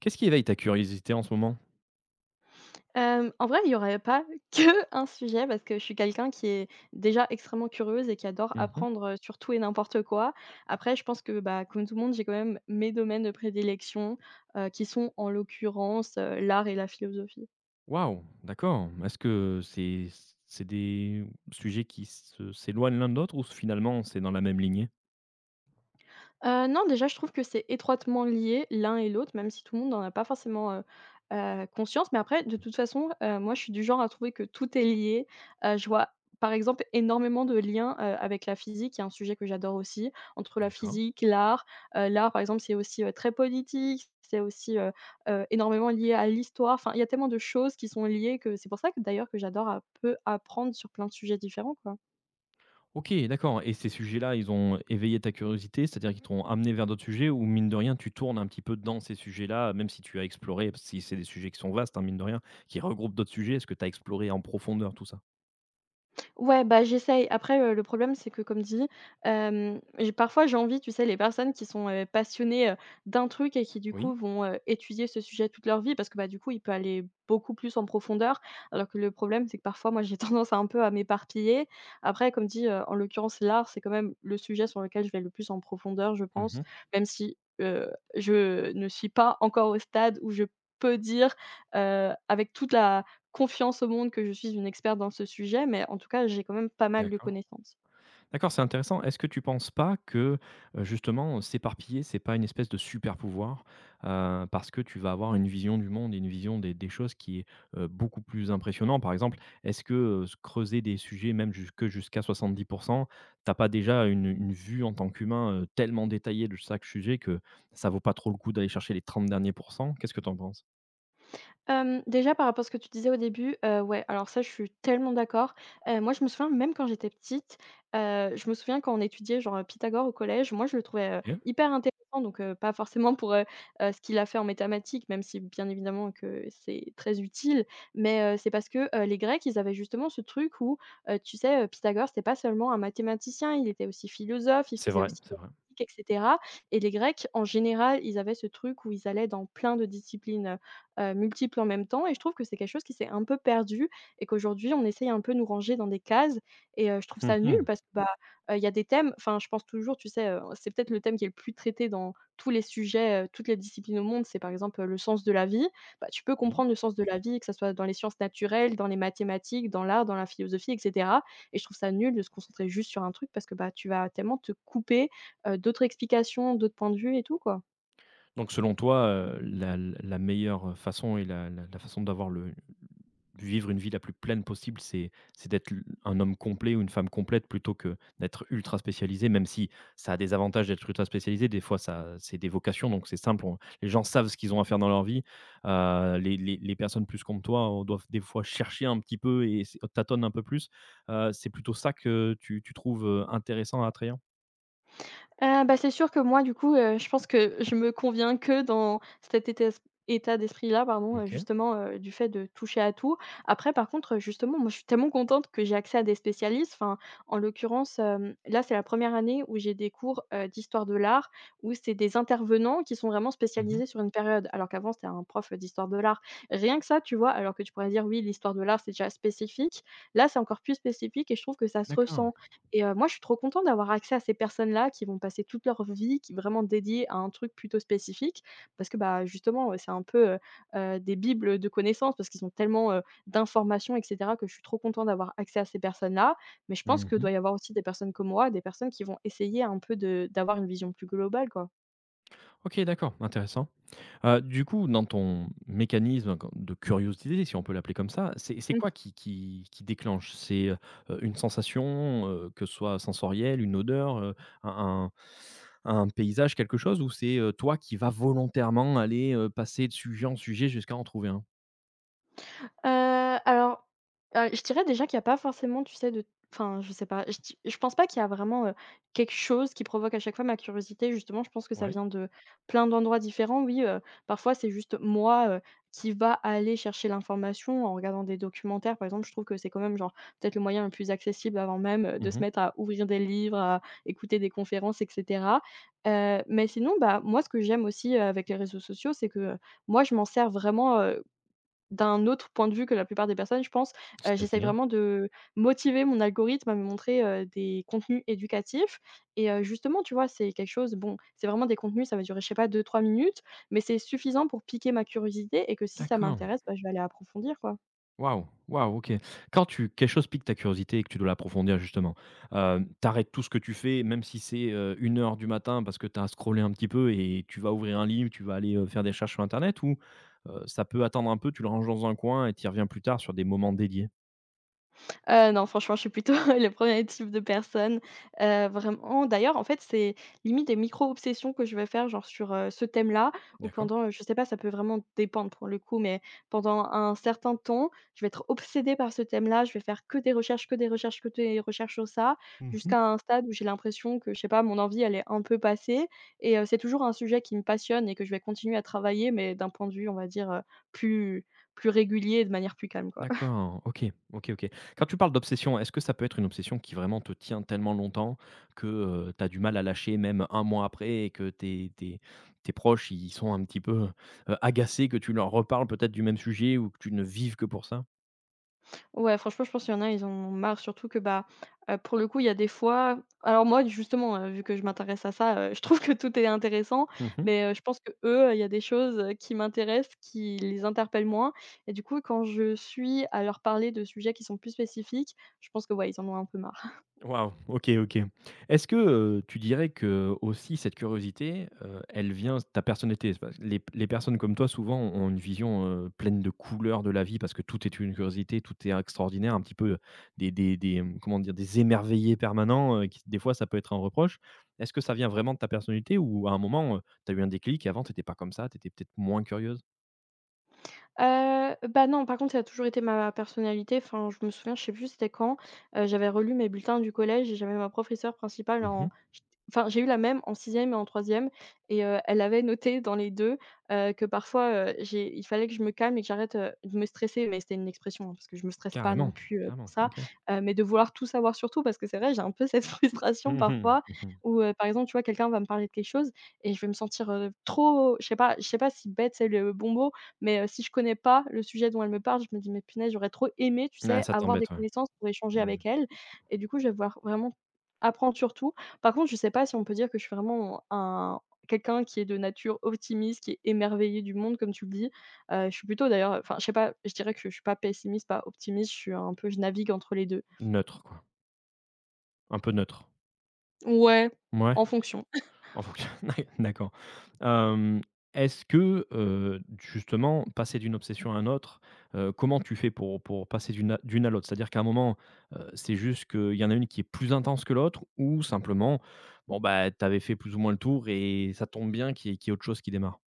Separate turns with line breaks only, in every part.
Qu'est-ce qui éveille ta curiosité en ce moment?
En vrai, il n'y aurait pas que un sujet parce que je suis quelqu'un qui est déjà extrêmement curieuse et qui adore
Mmh.
apprendre, sur tout et n'importe quoi. Après, je pense que, bah, comme tout le monde, j'ai quand même mes domaines de prédilection, qui sont en l'occurrence, l'art et la philosophie.
Waouh, d'accord. Est-ce que c'est des sujets qui se s'éloignent l'un de l'autre ou finalement c'est dans la même lignée?
Non, déjà, je trouve que c'est étroitement lié l'un et l'autre, même si tout le monde n'en a pas forcément, conscience. Mais après, de toute façon, moi, je suis du genre à trouver que tout est lié. Je vois, par exemple, énormément de liens, avec la physique, qui est un sujet que j'adore aussi, entre la
D'accord.
physique, l'art. L'art, par exemple, c'est aussi, très politique, c'est aussi, énormément lié à l'histoire. Enfin, il y a tellement de choses qui sont liées que c'est pour ça que, d'ailleurs, que j'adore un peu apprendre sur plein de sujets différents, quoi.
OK, d'accord, et ces sujets-là, ils ont éveillé ta curiosité, c'est-à-dire qu'ils t'ont amené vers d'autres sujets, ou mine de rien, tu tournes un petit peu dans ces sujets-là, même si tu as exploré, parce que si c'est des sujets qui sont vastes, hein, mine de rien, qui regroupent d'autres sujets, est-ce que tu as exploré en profondeur tout ça?
Ouais, bah, j'essaye. Après, le problème, c'est que comme dit, j'ai parfois j'ai envie, tu sais, les personnes qui sont, passionnées, d'un truc et qui du
Oui.
coup vont, étudier ce sujet toute leur vie parce que, bah, du coup, il peut aller beaucoup plus en profondeur. Alors que le problème, c'est que parfois, moi, j'ai tendance à un peu à m'éparpiller. Après, comme dit, en l'occurrence, l'art, c'est quand même le sujet sur lequel je vais le plus en profondeur, je
Mmh.
pense, même si, je ne suis pas encore au stade où je peux dire, avec toute la confiance au monde que je suis une experte dans ce sujet, mais en tout cas, j'ai quand même pas mal de
D'accord.
connaissances.
D'accord, c'est intéressant. Est-ce que tu penses pas que, justement, s'éparpiller, c'est pas une espèce de super pouvoir? Parce que tu vas avoir une vision du monde et une vision des choses qui est, beaucoup plus impressionnante. Par exemple, est-ce que, se creuser des sujets même jusque jusqu'à 70, tu as pas déjà une vue en tant qu'humain, tellement détaillée de chaque sujet que ça vaut pas trop le coup d'aller chercher les 30 derniers pourcents? Qu'est-ce que tu en penses?
Déjà par rapport à ce que tu disais au début, ouais, alors ça je suis tellement d'accord. Moi je me souviens même quand j'étais petite, je me souviens quand on étudiait genre, Pythagore au collège, moi je le trouvais,
OK.
hyper intéressant donc pas forcément pour, ce qu'il a fait en mathématiques, même si bien évidemment que c'est très utile, mais c'est parce que, les Grecs, ils avaient justement ce truc où, tu sais, Pythagore, c'était pas seulement un mathématicien, il était aussi philosophe, il
C'est
faisait
vrai,
aussi
c'est
de la
vrai.
musique et cetera et les Grecs, en général, ils avaient ce truc où ils allaient dans plein de disciplines, multiples en même temps et je trouve que c'est quelque chose qui s'est un peu perdu et qu'aujourd'hui on essaye un peu de nous ranger dans des cases et je trouve
Mmh
ça nul
mh,
parce que, bah, il y a des thèmes enfin je pense toujours, tu sais, c'est peut-être le thème qui est le plus traité dans tous les sujets, toutes les disciplines au monde, c'est par exemple, le sens de la vie. Bah, tu peux
oui.
comprendre le sens de la vie, que ça soit dans les sciences naturelles, dans les mathématiques, dans l'art, dans la philosophie et cetera et je trouve ça nul de se concentrer juste sur un truc parce que, bah, tu vas tellement te couper, d'autres explications, d'autres points de vue et tout, quoi.
Donc selon toi, la meilleure façon, et la façon d'avoir le vivre une vie la plus pleine possible, c'est d'être l un homme complet ou une femme complète plutôt que d'être ultra spécialisé, même si ça a des avantages d'être ultra spécialisé. Des fois, ça c'est des vocations, donc c'est simple, on les gens savent ce qu'ils ont à faire dans leur vie. Les personnes plus comme toi, on doivent des fois chercher un petit peu et s tâtonnent un peu plus. C'est plutôt ça que tu trouves, intéressant, attrayant?
Bah, c'est sûr que moi, du coup, je pense que je me conviens que dans cet état d'esprit-là, pardon,
OK.
justement, du fait de toucher à tout. Après, par contre, justement, moi, je suis tellement contente que j'ai accès à des spécialistes. Enfin, en l'occurrence, là, c'est la première année où j'ai des cours, d'histoire de l'art, où c'est des intervenants qui sont vraiment
Mmh.
spécialisés sur une période. Alors qu'avant, c'était un prof, d'histoire de l'art. Rien que ça, tu vois? Alors que tu pourrais dire: «Oui, l'histoire de l'art, c'est déjà spécifique». Là, c'est encore plus spécifique et je trouve que ça se
D'accord.
ressent. Et moi, je suis trop contente d'avoir accès à ces personnes-là qui vont passer toute leur vie, qui vraiment dédiées à un truc plutôt spécifique. Parce que, bah, justement, c'est un peu, des bibles de connaissances parce qu'ils ont tellement, d'informations et cetera que je suis trop contente d'avoir accès à ces personnes-là. Mais je pense que
Mmh.
doit y avoir aussi des personnes comme moi, des personnes qui vont essayer un peu de d'avoir une vision plus globale, quoi.
OK, d'accord, intéressant. Du coup, dans ton mécanisme quand de curiosité, si on peut l'appeler comme ça, c'est quoi qui déclenche? C'est, une sensation, que ce soit sensorielle, une odeur, un un paysage, quelque chose? Ou c'est, toi qui vas volontairement aller, passer de sujet en sujet jusqu'à en trouver un?
Heu, alors, je dirais déjà qu'il y a pas forcément, tu sais, de enfin, je sais pas, je di je pense pas qu'il y a vraiment, quelque chose qui provoque à chaque fois ma curiosité. Justement, je pense que ça
Ouais.
vient de plein d'endroits différents. Oui, parfois, c'est juste moi, qui va aller chercher l'information en regardant des documentaires, par exemple. Je trouve que c'est quand même, genre, peut-être le moyen le plus accessible avant même, de se
Mmh.
mettre à ouvrir des livres, à écouter des conférences et cetera. Mais sinon, bah, moi, ce que j'aime aussi, avec les réseaux sociaux, c'est que, moi, je m'en sers vraiment, d'un autre point de vue que la plupart des personnes, je pense, j'essaye
C'est-à-dire?
vraiment de motiver mon algorithme à me montrer, des contenus éducatifs et justement, tu vois, c'est quelque chose bon, c'est vraiment des contenus, ça va durer, je sais pas, deux trois minutes, mais c'est suffisant pour piquer ma curiosité et que si ça
D'accord.
m'intéresse, bah, je vais aller approfondir, quoi.
Waouh! Waouh, OK. Quand tu quelque chose pique ta curiosité et que tu dois l'approfondir justement, tu tout ce que tu fais, même si c'est, 1 h du matin parce que tu as scrollé un petit peu et tu vas ouvrir un livre, tu vas aller, faire des recherches sur internet, ou, ça peut attendre un peu, tu le ranges dans un coin et tu y reviens plus tard sur des moments dédiés?
Non, franchement, je suis plutôt le premier type de personne, vraiment d'ailleurs, en fait, c'est limite des micro-obsessions que je vais faire, genre sur, ce thème-là ou
D'accord.
pendant, je sais pas, ça peut vraiment dépendre pour le coup, mais pendant un certain temps, je vais être obsédée par ce thème-là, je vais faire que des recherches, que des recherches, que des recherches sur ça,
Mmh.
jusqu'à un stade où j'ai l'impression que, je sais pas, mon envie, elle est un peu passée et c'est toujours un sujet qui me passionne et que je vais continuer à travailler, mais d'un point de vue, on va dire, plus plus régulier et de manière plus calme, quoi.
D'accord, OK, OK, OK. Quand tu parles d'obsession, est-ce que ça peut être une obsession qui vraiment te tient tellement longtemps que, tu as du mal à lâcher même un mois après, et que tes tes proches, ils sont un petit peu, agacés que tu leur reparles peut-être du même sujet ou que tu ne vives que pour ça?
Ouais, franchement, je pense qu'il y en a, ils en ont marre, surtout que, bah, pour le coup, il y a des fois alors moi, justement, vu que je m'intéresse à ça, je trouve que tout est intéressant,
Mmh.
mais je pense que qu'eux, il y a des choses, qui m'intéressent, qui les interpellent moins et du coup, quand je suis à leur parler de sujets qui sont plus spécifiques, je pense que, ouais, ils en ont un peu marre.
Waouh, OK, OK. Est-ce que, tu dirais que, aussi, cette curiosité, elle vient de ta personnalité? C'est parce que les personnes comme toi, souvent, ont une vision, pleine de couleurs de la vie, parce que tout est une curiosité, tout est extraordinaire, un petit peu des comment dire? Des émerveillés permanents, qui, des fois, ça peut être un reproche. Est-ce que ça vient vraiment de ta personnalité, ou à un moment, tu as eu un déclic et avant, tu étais pas comme ça, tu étais peut-être moins curieuse?
Bah, non, par contre, ça a toujours été ma personnalité. Enfin, je me souviens, je sais plus c'était quand, j'avais relu mes bulletins du collège et j'avais ma professeure principale
Mmh
en
mh.
enfin, j'ai eu la même en sixième et en troisième et elle avait noté dans les 2 que parfois, j'ai il fallait que je me calme et que j'arrête, de me stresser, mais c'était une expression, hein, parce que je me stresse pas non
Carrément,
plus, pour
carrément,
ça,
OK.
mais de vouloir tout savoir surtout parce que c'est vrai, j'ai un peu cette frustration
Mmh mh.
parfois
Mmh.
où, par exemple, tu vois, quelqu'un va me parler de quelque chose et je vais me sentir, trop je sais pas si bête c'est le bon mot, mais si je connais pas le sujet dont elle me parle, je me dis: «Mais punaise, j'aurais trop aimé, tu
Ouais,
sais,
ça
avoir des
t'embête, ouais.
connaissances pour échanger
Mmh.
avec elle» et du coup, je vais voir vraiment apprendre sur tout. Par contre, je sais pas si on peut dire que je suis vraiment un quelqu'un qui est de nature optimiste, qui est émerveillé du monde comme tu le dis. Je suis plutôt d'ailleurs, enfin, je sais pas, je dirais que je suis pas pessimiste, pas optimiste, je suis un peu je navigue entre les 2.
Neutre, quoi. Un peu neutre.
Ouais,
Ouais.
en fonction.
En fonction d'accord. Hem, est-ce que, justement, passer d'une obsession à une autre, comment tu fais pour passer d'une à l'autre? C'est-à-dire qu'à un moment, c'est juste qu'il y en a une qui est plus intense que l'autre, ou simplement, bon, bah, tu avais fait plus ou moins le tour et ça tombe bien qu'il y ait autre chose qui démarre?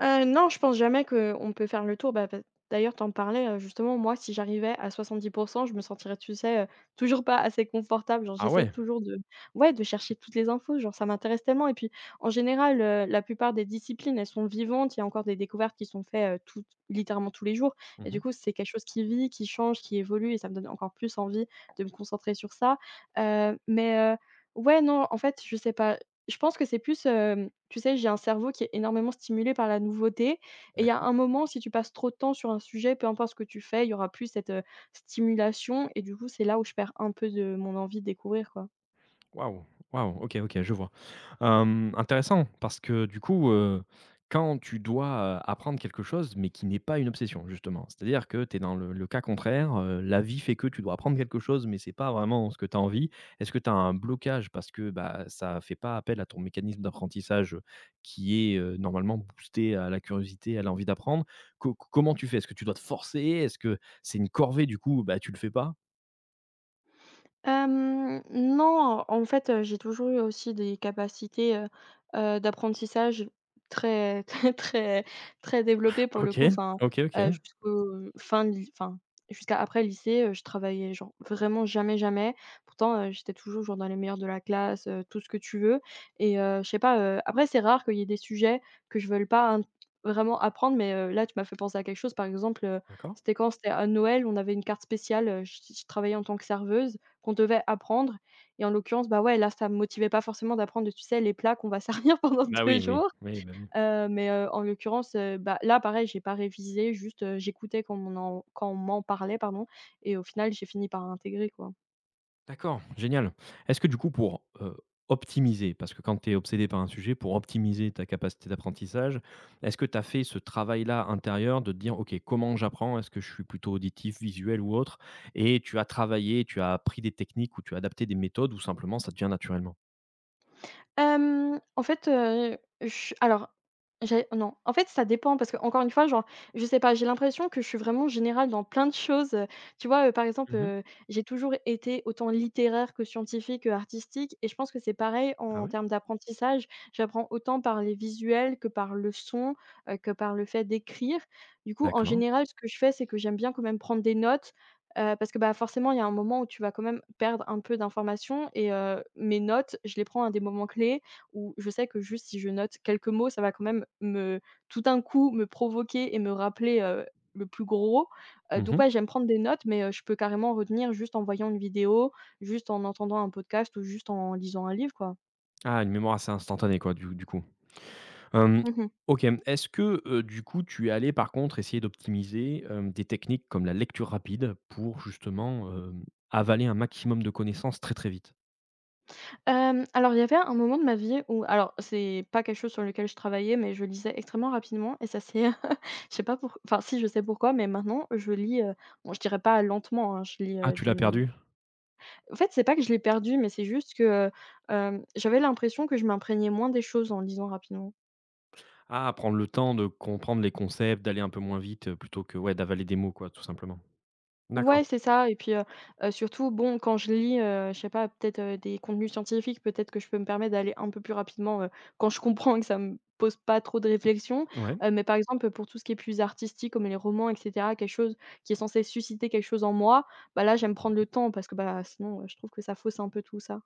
Non, je pense jamais qu'on peut faire le tour. Bah, bah, d'ailleurs, t'en parlais, justement, moi, si j'arrivais à 70 je me sentirais, tu sais, toujours pas assez confortable. Genre,
Ah
j'essaye
ouais!
toujours de ouais, de chercher toutes les infos, genre, ça m'intéresse tellement et puis, en général, la plupart des disciplines, elles sont vivantes. Il y a encore des découvertes qui sont faites, toutes littéralement tous les jours et du
Mmh.
coup, c'est quelque chose qui vit, qui change, qui évolue et ça me donne encore plus envie de me concentrer sur ça, mais ouais, non, en fait, je sais pas. Je pense que c'est plus, tu sais, j'ai un cerveau qui est énormément stimulé par la nouveauté et il y a
D'accord.
un moment, si tu passes trop de temps sur un sujet, peu importe ce que tu fais, il y aura plus cette stimulation et du coup, c'est là où je perds un peu de mon envie de découvrir, quoi.
Waouh, waouh, OK, OK, je vois. Intéressant parce que du coup, quand tu dois, apprendre quelque chose, mais qui n'est pas une obsession justement, c'est-à-dire que tu es dans le cas contraire, la vie fait que tu dois apprendre quelque chose, mais c'est pas vraiment ce que tu as envie. Est-ce que tu as un blocage parce que, bah, ça fait pas appel à ton mécanisme d'apprentissage, qui est, normalement boosté à la curiosité, à l'envie d'apprendre? Co Comment tu fais? Est-ce que tu dois te forcer? Est-ce que c'est une corvée, du coup, bah, tu le fais pas?
Non, en fait, j'ai toujours eu aussi des capacités, d'apprentissage très, très, très, très développées pour le coup.
OK,
Enfin,
OK, OK,
jusqu'au fin de ly enfin, jusqu'à après le lycée, je travaillais genre vraiment jamais, jamais. Pourtant, j'étais toujours genre dans les meilleurs de la classe, tout ce que tu veux et je sais pas, après c'est rare qu'il y ait des sujets que je veuille pas int vraiment apprendre mais là tu m'as fait penser à quelque chose. Par exemple,
d'accord.
c'était quand? C'était à Noël, on avait une carte spéciale, je travaillais en tant que serveuse qu'on devait apprendre et en l'occurrence, bah, ouais, là, ça me motivait pas forcément d'apprendre, tu sais, les plats qu'on va servir pendant
Bah,
2
oui, oui,
jours,
oui, bah, oui.
mais en l'occurrence, bah, là, pareil, j'ai pas révisé, juste, j'écoutais quand on m'en parlait, pardon, et au final, j'ai fini par intégrer, quoi.
D'accord, génial. Est-ce que du coup, pour, optimiser, parce que quand tu es obsédé par un sujet, pour optimiser ta capacité d'apprentissage, est-ce que tu as fait ce travail-là intérieur de te dire: «OK, comment j'apprends? Est-ce que je suis plutôt auditif, visuel ou autre?», et tu as travaillé, tu as appris des techniques ou tu as adapté des méthodes, ou simplement ça te vient naturellement?
En fait, je alors, j'ai non, en fait, ça dépend parce qu'encore une fois, genre, je sais pas, j'ai l'impression que je suis vraiment générale dans plein de choses, tu vois? Par exemple,
Mmh.
j'ai toujours été autant littéraire que scientifique, artistique et je pense que c'est pareil
Ah
en
ouais?
termes d'apprentissage. J'apprends autant par les visuels que par le son, que par le fait d'écrire. Du coup, en
D'accord.
général, ce que je fais, c'est que j'aime bien quand même prendre des notes. Parce que, bah, forcément, il y a un moment où tu vas quand même perdre un peu d'informations et mes notes, je les prends à des moments clés où je sais que juste si je note quelques mots, ça va quand même me tout d'un coup me provoquer et me rappeler, le plus gros. Donc
Mmh.
ouais, j'aime prendre des notes, mais je peux carrément retenir juste en voyant une vidéo, juste en entendant un podcast ou juste en lisant un livre, quoi.
Ah, une mémoire assez instantanée quoi, du coup? Hem,
Mmh.
OK. Est-ce que, du coup, tu es allé par contre essayer d'optimiser, des techniques comme la lecture rapide pour justement, avaler un maximum de connaissances très, très vite?
Alors il y avait un moment de ma vie où alors c'est pas quelque chose sur lequel je travaillais, mais je lisais extrêmement rapidement et ça c'est je sais pas pour enfin si je sais pourquoi, mais maintenant je lis, bon je dirais pas lentement, hein, je lis,
Ah, tu l'as
d'une
perdu?
en fait c'est pas que je l'ai perdu, mais c'est juste que, j'avais l'impression que je m'imprégnais moins des choses en lisant rapidement.
Ah, prendre le temps de comprendre les concepts, d'aller un peu moins vite, plutôt que, ouais, d'avaler des mots quoi, tout simplement. D'accord.
Ouais, c'est ça et puis, surtout bon, quand je lis, je sais pas, peut-être, des contenus scientifiques, peut-être que je peux me permettre d'aller un peu plus rapidement, quand je comprends que ça me pose pas trop de réflexion.
Ouais.
Mais par exemple, pour tout ce qui est plus artistique, comme les romans et cetera, quelque chose qui est censé susciter quelque chose en moi, bah, là, j'aime prendre le temps parce que, bah, sinon, je trouve que ça fausse un peu tout ça.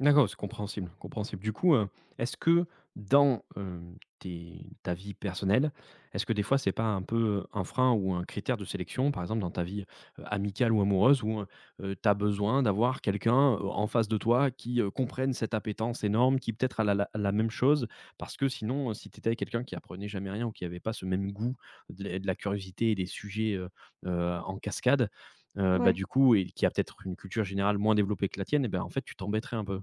D'accord, c'est compréhensible, compréhensible. Du coup, est-ce que dans, tes ta vie personnelle, est-ce que des fois c'est pas un peu un frein ou un critère de sélection, par exemple dans ta vie, amicale ou amoureuse, où, tu as besoin d'avoir quelqu'un, en face de toi qui, comprenne cette appétence énorme, qui peut-être a la même chose? Parce que sinon, si tu étais avec quelqu'un qui apprenait jamais rien ou qui avait pas ce même goût de la curiosité et des sujets, en cascade, bah,
Ouais.
du coup, et qui a peut-être une culture générale moins développée que la tienne, et ben, en fait, tu t'embêterais un peu.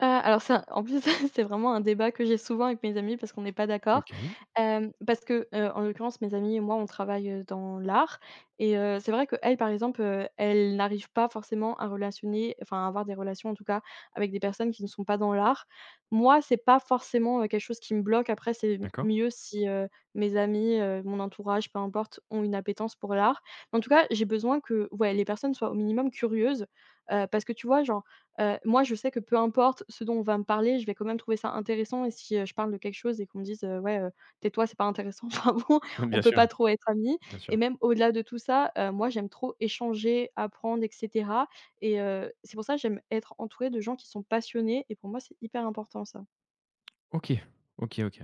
Alors ça, en plus, c'est vraiment un débat que j'ai souvent avec mes amis parce qu'on n'est pas d'accord.
OK,
Parce que, en l'occurrence, mes amies et moi, on travaille, dans l'art et c'est vrai qu'elles, par exemple, elles n'arrivent pas forcément à relationner enfin, à avoir des relations, en tout cas, avec des personnes qui ne sont pas dans l'art. Moi, c'est pas forcément, quelque chose qui me bloque. Après, c'est m
d'accord.
mieux si, mes amis, mon entourage, peu importe, ont une appétence pour l'art. En tout cas, j'ai besoin que, ouais, les personnes soient au minimum curieuses, parce que, tu vois, genre, moi, je sais que peu importe ce dont on va me parler, je vais quand même trouver ça intéressant et si, je parle de quelque chose et qu'on me dise, «Ouais, tais-toi, c'est pas intéressant», enfin bon, on
Bien
peut
sûr,
pas trop être amis
bien
et
sûr.
même au-delà de tout ça, moi, j'aime trop échanger, apprendre et cetera et c'est pour ça, que j'aime être entourée de gens qui sont passionnés et pour moi, c'est hyper important ça.
OK, OK, OK.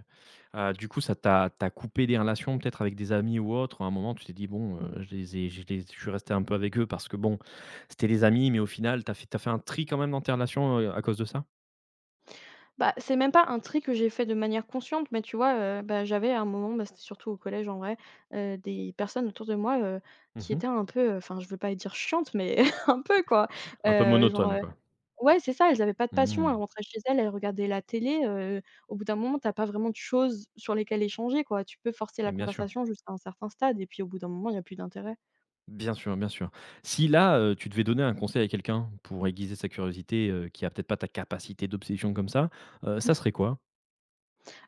Du coup, ça t'a coupé des relations peut-être avec des amis ou autres? À un moment, tu t'es dit: «Bon, je les ai je les je suis resté un peu avec eux parce que bon, c'était des amis», mais au final, t'as fait un tri quand même dans tes relations, à cause de ça?
Bah, c'est même pas un tri que j'ai fait de manière consciente, mais tu vois, bah, j'avais à un moment, bah, c'était surtout au collège en vrai, des personnes autour de moi, qui
Mmh.
étaient un peu, enfin je veux pas dire chiantes, mais un peu quoi.
Un peu
Heu, genre,
monotone,
heu
quoi.
ouais c'est ça, elles avaient pas de passion, elles
Mmh.
rentraient chez elles, elles regardaient la télé, au bout d'un moment t'as pas vraiment de choses sur lesquelles échanger quoi. Tu peux forcer la
Et bien sûr,
conversation jusqu'à un certain stade et puis au bout d'un moment il y a plus d'intérêt.
bien sûr, bien sûr. Si là, tu devais donner un conseil à quelqu'un pour aiguiser sa curiosité, qui a peut-être pas ta capacité d'obsession comme ça, ça serait quoi?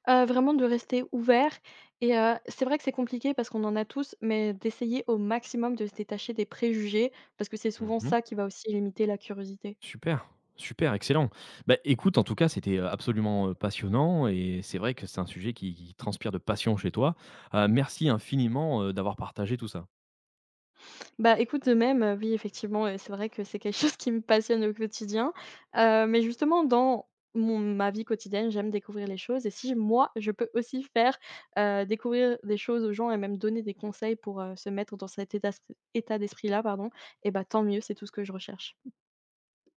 Vraiment de rester ouvert et c'est vrai que c'est compliqué parce qu'on en a tous, mais d'essayer au maximum de se détacher des préjugés parce que c'est souvent
Mmh.
ça qui va aussi limiter la curiosité.
Super, super, excellent. Bah, écoute, en tout cas, c'était, absolument, passionnant, et c'est vrai que c'est un sujet qui transpire de passion chez toi. Merci infiniment, d'avoir partagé tout ça.
Bah, écoute, de même, oui, effectivement, c'est vrai que c'est quelque chose qui me passionne au quotidien, mais justement dans mon ma vie quotidienne, j'aime découvrir les choses et si moi, je peux aussi faire, découvrir des choses aux gens et même donner des conseils pour, se mettre dans cet état d'esprit-là, pardon, et bah, tant mieux, c'est tout ce que je recherche.